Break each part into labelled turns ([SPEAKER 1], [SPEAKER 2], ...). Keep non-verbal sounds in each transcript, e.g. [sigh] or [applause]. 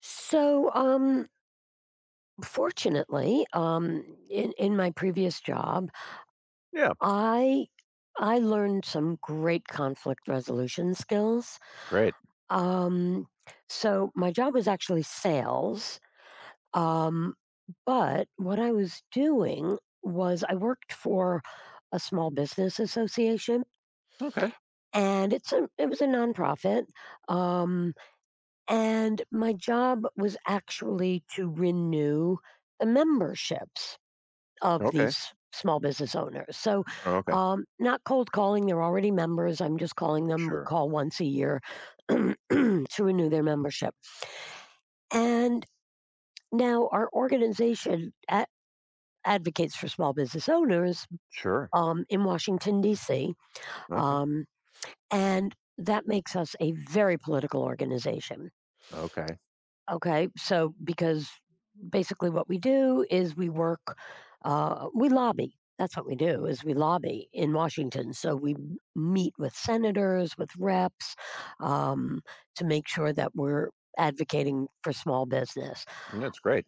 [SPEAKER 1] So, um, Fortunately, in my previous job,
[SPEAKER 2] Yeah,
[SPEAKER 1] I I learned some great conflict resolution skills.
[SPEAKER 2] great.
[SPEAKER 1] Um, so my job was actually sales, um, but what I was doing was I worked for a small business association,
[SPEAKER 2] Okay,
[SPEAKER 1] and it was a nonprofit, um, and my job was actually to renew the memberships of
[SPEAKER 2] okay,
[SPEAKER 1] these small business owners.
[SPEAKER 2] okay.
[SPEAKER 1] Not cold calling, they're already members. I'm just calling them. We
[SPEAKER 2] Sure,
[SPEAKER 1] call once a year [clears throat] to renew their membership. And now our organization advocates for small business owners
[SPEAKER 2] sure.
[SPEAKER 1] in Washington, D.C.
[SPEAKER 2] Okay,
[SPEAKER 1] Um, and that makes us a very political organization.
[SPEAKER 2] okay.
[SPEAKER 1] Okay, so because basically what we do is we lobby. That's what we do is we lobby in Washington. So we meet with senators, with reps, um, to make sure that we're advocating for small business.
[SPEAKER 2] That's great.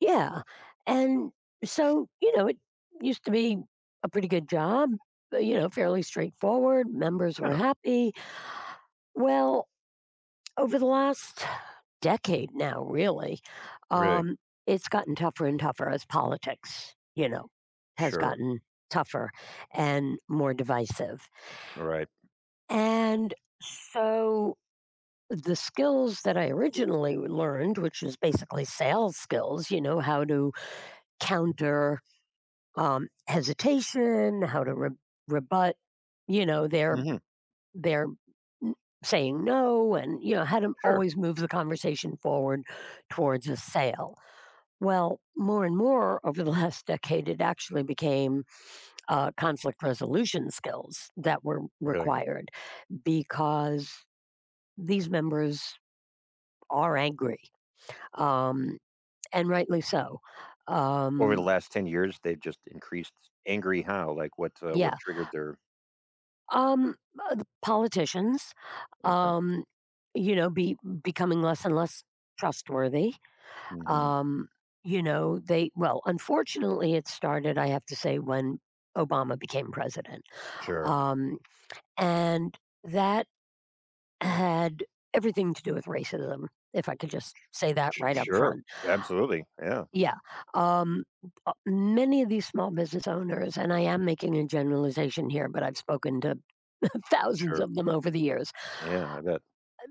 [SPEAKER 1] Yeah, and so you know it used to be a pretty good job. You know, fairly straightforward. Members were
[SPEAKER 2] Yeah,
[SPEAKER 1] happy. Well, over the last decade now, really,
[SPEAKER 2] really.
[SPEAKER 1] um, it's gotten tougher and tougher as politics, you know, has
[SPEAKER 2] Sure.
[SPEAKER 1] gotten tougher and more divisive.
[SPEAKER 2] All right.
[SPEAKER 1] And so the skills that I originally learned, which was basically sales skills, you know, how to counter hesitation, how to rebut, you know, their
[SPEAKER 2] Hmm.
[SPEAKER 1] their n- saying no, and you know, how to
[SPEAKER 2] Sure.
[SPEAKER 1] always move the conversation forward towards a sale. Well, more and more over the [laughs] last decade, it actually became conflict resolution skills that were
[SPEAKER 2] Really.
[SPEAKER 1] required because these members are angry, um, and rightly so.
[SPEAKER 2] Over the
[SPEAKER 1] Um,
[SPEAKER 2] last 10 years, they've just increased angry. How? Like what? What
[SPEAKER 1] yeah,
[SPEAKER 2] triggered their?
[SPEAKER 1] um, the politicians,
[SPEAKER 2] Okay.
[SPEAKER 1] um, you know, be becoming less and less trustworthy.
[SPEAKER 2] Hmm.
[SPEAKER 1] Um, you know, they well, unfortunately, it started, I have to say, when Obama became president.
[SPEAKER 2] Sure.
[SPEAKER 1] Um, And that had everything to do with racism, if I could just say that
[SPEAKER 2] Sh-
[SPEAKER 1] right up
[SPEAKER 2] sure.
[SPEAKER 1] front.
[SPEAKER 2] Absolutely. Yeah.
[SPEAKER 1] Yeah. Um, Many of these small business owners, and I am making a generalization here, but I've spoken to [laughs] thousands
[SPEAKER 2] Sure.
[SPEAKER 1] of them over the years,
[SPEAKER 2] Yeah. I bet.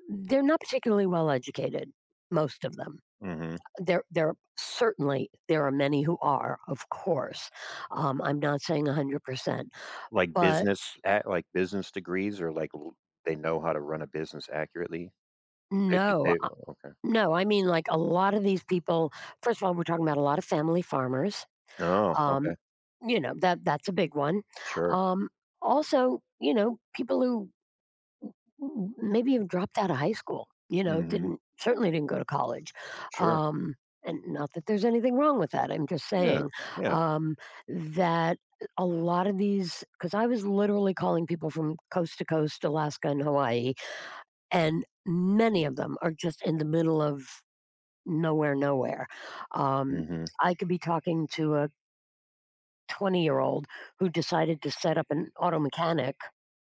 [SPEAKER 1] they're not particularly well educated, most of them.
[SPEAKER 2] Hmm.
[SPEAKER 1] There certainly there are many who are, of course. I'm not saying 100%,
[SPEAKER 2] Like
[SPEAKER 1] but
[SPEAKER 2] business, at, like business degrees, or like l- they know how to run a business accurately. They did.
[SPEAKER 1] no.
[SPEAKER 2] They Okay.
[SPEAKER 1] No, I mean, like, a lot of these people, first of all, we're talking about a lot of family farmers,
[SPEAKER 2] Oh,
[SPEAKER 1] um,
[SPEAKER 2] okay.
[SPEAKER 1] you know, that's a big one.
[SPEAKER 2] Sure.
[SPEAKER 1] Um, Also, you know, people who m maybe have dropped out of high school, you know,
[SPEAKER 2] Hmm.
[SPEAKER 1] didn't, certainly didn't go to college,
[SPEAKER 2] Sure.
[SPEAKER 1] um, and not that there's anything wrong with that, I'm just
[SPEAKER 2] Yeah,
[SPEAKER 1] saying,
[SPEAKER 2] yeah.
[SPEAKER 1] um, that a lot of these, because I was literally calling people from coast to coast, Alaska and Hawaii, and many of them are just in the middle of nowhere. Um,
[SPEAKER 2] Mhm.
[SPEAKER 1] I could be talking to a 20-year-old who decided to set up an auto mechanic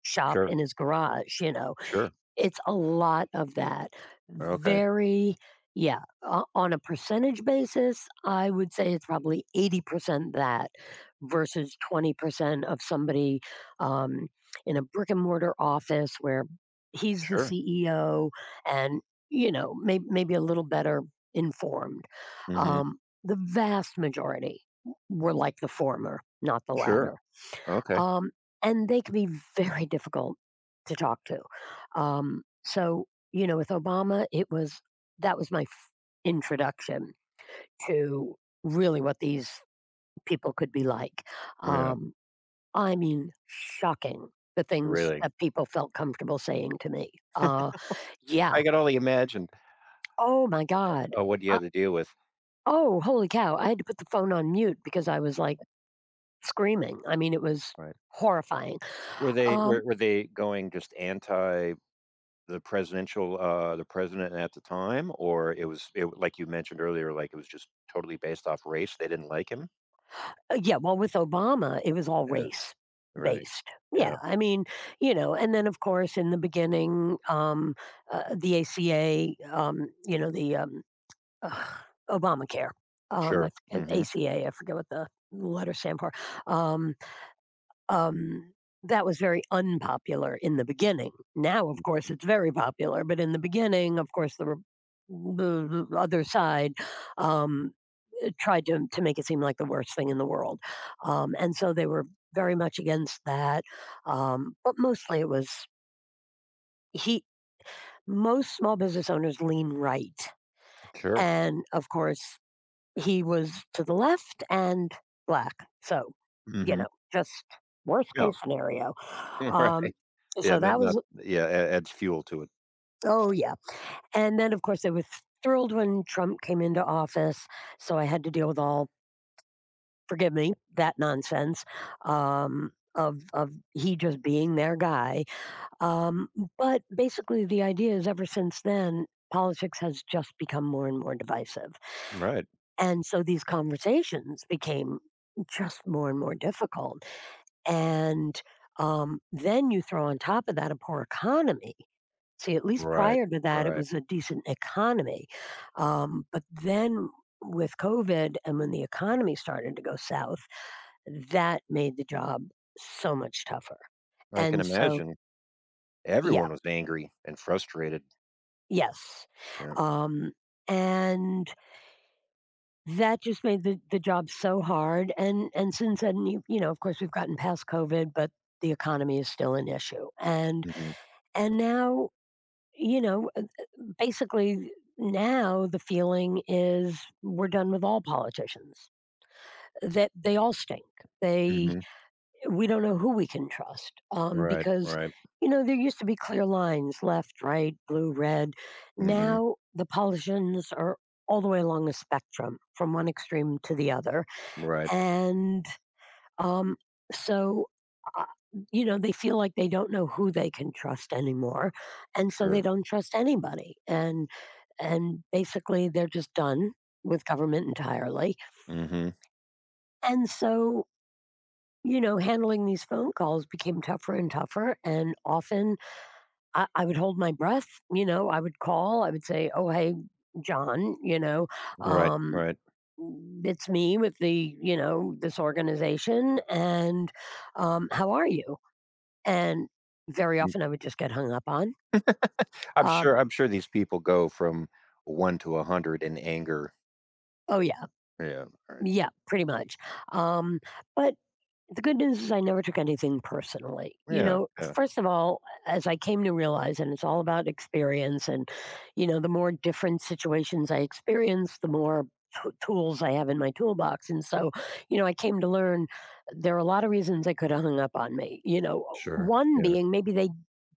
[SPEAKER 1] shop
[SPEAKER 2] Sure,
[SPEAKER 1] in his garage, you know,
[SPEAKER 2] sure.
[SPEAKER 1] it's a lot of that.
[SPEAKER 2] Okay.
[SPEAKER 1] Very Yeah, o on a percentage basis, I would say it's probably 80% that versus 20% of somebody, um, in a brick and mortar office where he's the
[SPEAKER 2] Sure.
[SPEAKER 1] CEO and, you know, maybe a little better informed.
[SPEAKER 2] Mhm.
[SPEAKER 1] The vast majority were like the former, not the
[SPEAKER 2] Sure.
[SPEAKER 1] latter,
[SPEAKER 2] Okay.
[SPEAKER 1] um, and they can be very difficult to talk to. So you know, with Obama, it was that was my introduction to really what these people could be like.
[SPEAKER 2] Yeah,
[SPEAKER 1] Um, I mean, shocking the things
[SPEAKER 2] really.
[SPEAKER 1] that people felt comfortable saying to me. Yeah.
[SPEAKER 2] I could only imagine,
[SPEAKER 1] Oh my God.
[SPEAKER 2] what you
[SPEAKER 1] Uh,
[SPEAKER 2] had to deal with,
[SPEAKER 1] oh, holy cow. I had to put the phone on mute because I was like screaming. I mean, it was
[SPEAKER 2] right?
[SPEAKER 1] horrifying.
[SPEAKER 2] Were they were
[SPEAKER 1] Um,
[SPEAKER 2] were they going just anti the presidential, the president at the time, or it was it like you mentioned earlier, like, it was just totally based off race, they didn't like him?
[SPEAKER 1] Yeah, well, with Obama, it was all
[SPEAKER 2] Yeah,
[SPEAKER 1] race
[SPEAKER 2] really.
[SPEAKER 1] based.
[SPEAKER 2] Yeah,
[SPEAKER 1] Yeah, I mean, you know, and then of course in the beginning, the ACA, you know, ugh, Obamacare,
[SPEAKER 2] sure.
[SPEAKER 1] and
[SPEAKER 2] Mhm.
[SPEAKER 1] ACA, I forget what the letter stand for. Um, um, that was very unpopular in the beginning. Now, of course, it's very popular, but in the beginning, of course, the other side um, tried to make it seem like the worst thing in the world. And so they were very much against that. But mostly it was he, most small business owners lean right.
[SPEAKER 2] Sure.
[SPEAKER 1] And of course, he was to the left and black. So, you
[SPEAKER 2] Mhm.
[SPEAKER 1] know, just worst
[SPEAKER 2] Yeah.
[SPEAKER 1] case scenario.
[SPEAKER 2] [laughs]
[SPEAKER 1] Um,
[SPEAKER 2] Right. Yeah,
[SPEAKER 1] so
[SPEAKER 2] not
[SPEAKER 1] that
[SPEAKER 2] not
[SPEAKER 1] was,
[SPEAKER 2] yeah, a adds fuel to it.
[SPEAKER 1] oh, yeah. And then, of course, they were thrilled when Trump came into office. So I had to deal with all, forgive me, that nonsense, of he just being their guy. Um, but basically, the idea is ever since then, politics has just become more and more divisive,
[SPEAKER 2] Right.
[SPEAKER 1] and so these conversations became just more and more difficult. And Then you throw on top of that a poor economy. See, at least
[SPEAKER 2] Right,
[SPEAKER 1] prior to that, it
[SPEAKER 2] right.
[SPEAKER 1] was a decent economy, but then with COVID and when the economy started to go south, that made the job so much tougher,
[SPEAKER 2] I can
[SPEAKER 1] and so
[SPEAKER 2] imagine.
[SPEAKER 1] yeah,
[SPEAKER 2] Everyone was angry and frustrated.
[SPEAKER 1] yes,
[SPEAKER 2] Yeah.
[SPEAKER 1] um, and that just made the job so hard, and since then, you know, of course, we've gotten past COVID, but the economy is still an issue,
[SPEAKER 2] Mhm,
[SPEAKER 1] and now, you know, basically now the feeling is we're done with all politicians, that they all stink. They
[SPEAKER 2] mhm.
[SPEAKER 1] We don't know who we can trust,
[SPEAKER 2] Right,
[SPEAKER 1] because
[SPEAKER 2] right.
[SPEAKER 1] you know there used to be clear lines, left right, blue red,
[SPEAKER 2] Mhm.
[SPEAKER 1] now the politicians are all the way along the spectrum from one extreme to the other,
[SPEAKER 2] Right.
[SPEAKER 1] and um, so uh, you know they feel like they don't know who they can trust anymore, and so they
[SPEAKER 2] Sure.
[SPEAKER 1] don't trust anybody, and basically they're just done with government entirely.
[SPEAKER 2] Mhm.
[SPEAKER 1] And so you know, handling these phone calls became tougher and tougher. And often I would hold my breath. You know, I would call, I would say, oh, hey, John, you know,
[SPEAKER 2] Right,
[SPEAKER 1] um,
[SPEAKER 2] right.
[SPEAKER 1] it's me with the, you know, this organization. And How are you? And very
[SPEAKER 2] Mm.
[SPEAKER 1] often I would just get hung up on.
[SPEAKER 2] I'm
[SPEAKER 1] Um,
[SPEAKER 2] sure I'm sure these people go from 1 to 100 in anger.
[SPEAKER 1] oh, yeah.
[SPEAKER 2] Yeah, right.
[SPEAKER 1] Yeah, pretty much. Um, but The good news is I never took anything personally. You
[SPEAKER 2] Yeah,
[SPEAKER 1] know,
[SPEAKER 2] yeah.
[SPEAKER 1] first of all, as I came to realize, and it's all about experience, and, you know, the more different situations I experience, the more tools I have in my toolbox. And so, you know, I came to learn there are a lot of reasons they could have hung up on me. You know,
[SPEAKER 2] Sure.
[SPEAKER 1] one
[SPEAKER 2] Yeah,
[SPEAKER 1] being maybe they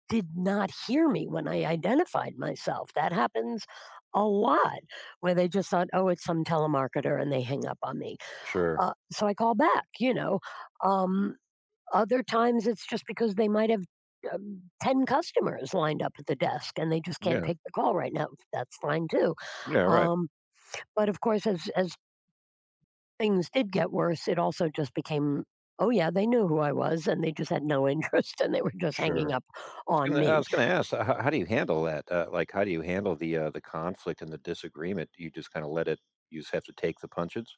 [SPEAKER 1] did not hear me when I identified myself. That happens a lot where they just thought, oh, it's some telemarketer and they hang up on me.
[SPEAKER 2] sure.
[SPEAKER 1] So I call back, you know. Um, Other times, it's just because they might have 10 customers lined up at the desk and they just can't
[SPEAKER 2] Yeah.
[SPEAKER 1] take the call right now. That's fine too.
[SPEAKER 2] Yeah, right.
[SPEAKER 1] Um, but of course, as things did get worse, it also just became, oh, yeah, they knew who I was and they just had no interest [laughs] and they were just hanging
[SPEAKER 2] Sure.
[SPEAKER 1] up
[SPEAKER 2] I
[SPEAKER 1] on
[SPEAKER 2] was gonna I
[SPEAKER 1] me.
[SPEAKER 2] was gonna ask, h how do you handle that? Like, how do you handle the conflict and the disagreement? You just kinda let it you just have to take the punches?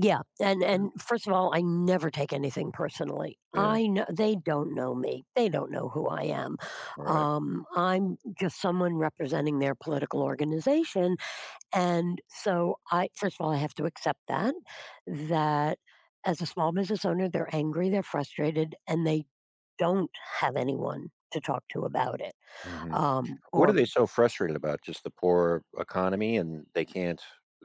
[SPEAKER 1] Yeah. And,
[SPEAKER 2] Yeah.
[SPEAKER 1] and first of all, I never take anything personally.
[SPEAKER 2] Yeah.
[SPEAKER 1] I know they don't know me, they don't know who I am.
[SPEAKER 2] Right.
[SPEAKER 1] I'm just someone representing their political organization. And so I, first of all, I have to accept that that as a small business owner, they're angry, they're frustrated, and they don't have anyone to talk to about it.
[SPEAKER 2] Mhm. What are
[SPEAKER 1] Or
[SPEAKER 2] they so frustrated about? Just the poor economy and they can't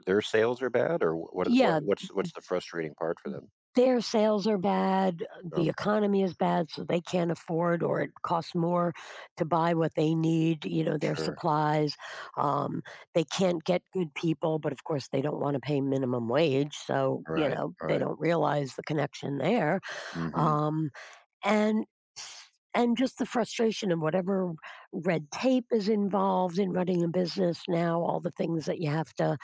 [SPEAKER 2] their sales are bad or
[SPEAKER 1] Yeah,
[SPEAKER 2] what's the frustrating part for them?
[SPEAKER 1] their sales are bad, the
[SPEAKER 2] Okay,
[SPEAKER 1] economy is bad, so they can't afford, or it costs more to buy what they need, you know, their
[SPEAKER 2] sure.
[SPEAKER 1] supplies. Um, they can't get good people, but of course they don't want to pay minimum wage, so
[SPEAKER 2] All
[SPEAKER 1] you
[SPEAKER 2] right.
[SPEAKER 1] know,
[SPEAKER 2] All
[SPEAKER 1] they
[SPEAKER 2] right.
[SPEAKER 1] don't realize the connection there.
[SPEAKER 2] Mhm.
[SPEAKER 1] Um, And s and just the frustration and whatever red tape is involved in running a business now, all the things that you have to,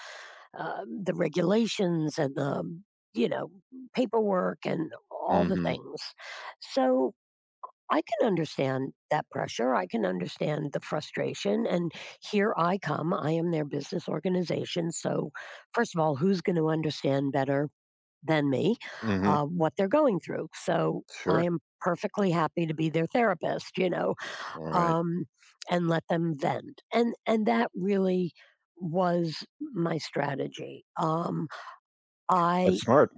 [SPEAKER 1] the regulations and the, you know, paperwork and all the
[SPEAKER 2] Mhm.
[SPEAKER 1] things. So I can understand that pressure. I can understand the frustration. And here I come. I am their business organization. So, first of all, who's going to understand better than me
[SPEAKER 2] Mhm.
[SPEAKER 1] what they're going through. So I
[SPEAKER 2] Sure.
[SPEAKER 1] am perfectly happy to be their therapist, you know,
[SPEAKER 2] All right.
[SPEAKER 1] um, and let them vent. And that really was my strategy.
[SPEAKER 2] That's
[SPEAKER 1] I
[SPEAKER 2] smart.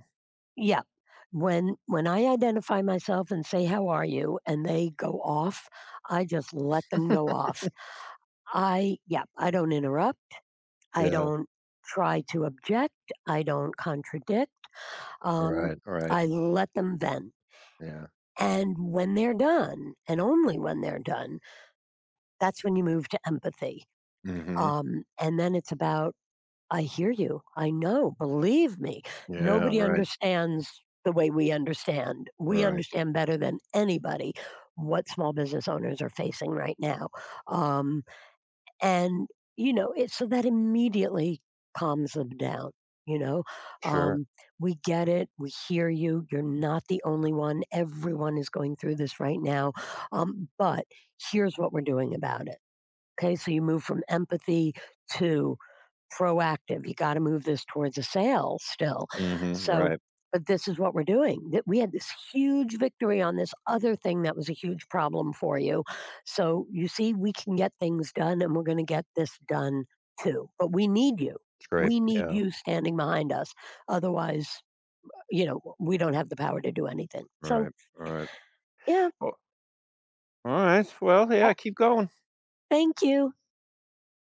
[SPEAKER 1] Yeah, when I identify myself and say how are you, and they go off, I just let them go off. I Yeah, I don't interrupt. I
[SPEAKER 2] Yeah.
[SPEAKER 1] don't try to object. I don't contradict.
[SPEAKER 2] All
[SPEAKER 1] Um,
[SPEAKER 2] right. All right.
[SPEAKER 1] I let them vent.
[SPEAKER 2] Yeah.
[SPEAKER 1] And when they're done, and only when they're done, that's when you move to empathy.
[SPEAKER 2] Mhm.
[SPEAKER 1] And then it's about, I hear you. I know. Believe me,
[SPEAKER 2] Yeah,
[SPEAKER 1] nobody
[SPEAKER 2] right.
[SPEAKER 1] understands the way we understand.
[SPEAKER 2] All
[SPEAKER 1] We
[SPEAKER 2] right.
[SPEAKER 1] understand better than anybody what small business owners are facing right now. Um, and you know it, so that immediately calms them down, you know.
[SPEAKER 2] Sure.
[SPEAKER 1] um, we get it, we hear you, you're not the only one, everyone is going through this right now, but here's what we're doing about it. Okay, so you move from empathy to proactive. You got to move this towards a sale still.
[SPEAKER 2] Mhm.
[SPEAKER 1] So,
[SPEAKER 2] Right.
[SPEAKER 1] but this is what we're doing. That we had this huge victory on this other thing that was a huge problem for you. So you see, we can get things done, and we're going to get this done too. But we need you.
[SPEAKER 2] It's great.
[SPEAKER 1] We need
[SPEAKER 2] Yeah.
[SPEAKER 1] you standing behind us. Otherwise, you know, we don't have the power to do anything.
[SPEAKER 2] All
[SPEAKER 1] So
[SPEAKER 2] right. All right.
[SPEAKER 1] yeah.
[SPEAKER 2] Well, all right. Well, yeah,
[SPEAKER 1] Oh,
[SPEAKER 2] keep going.
[SPEAKER 1] thank you.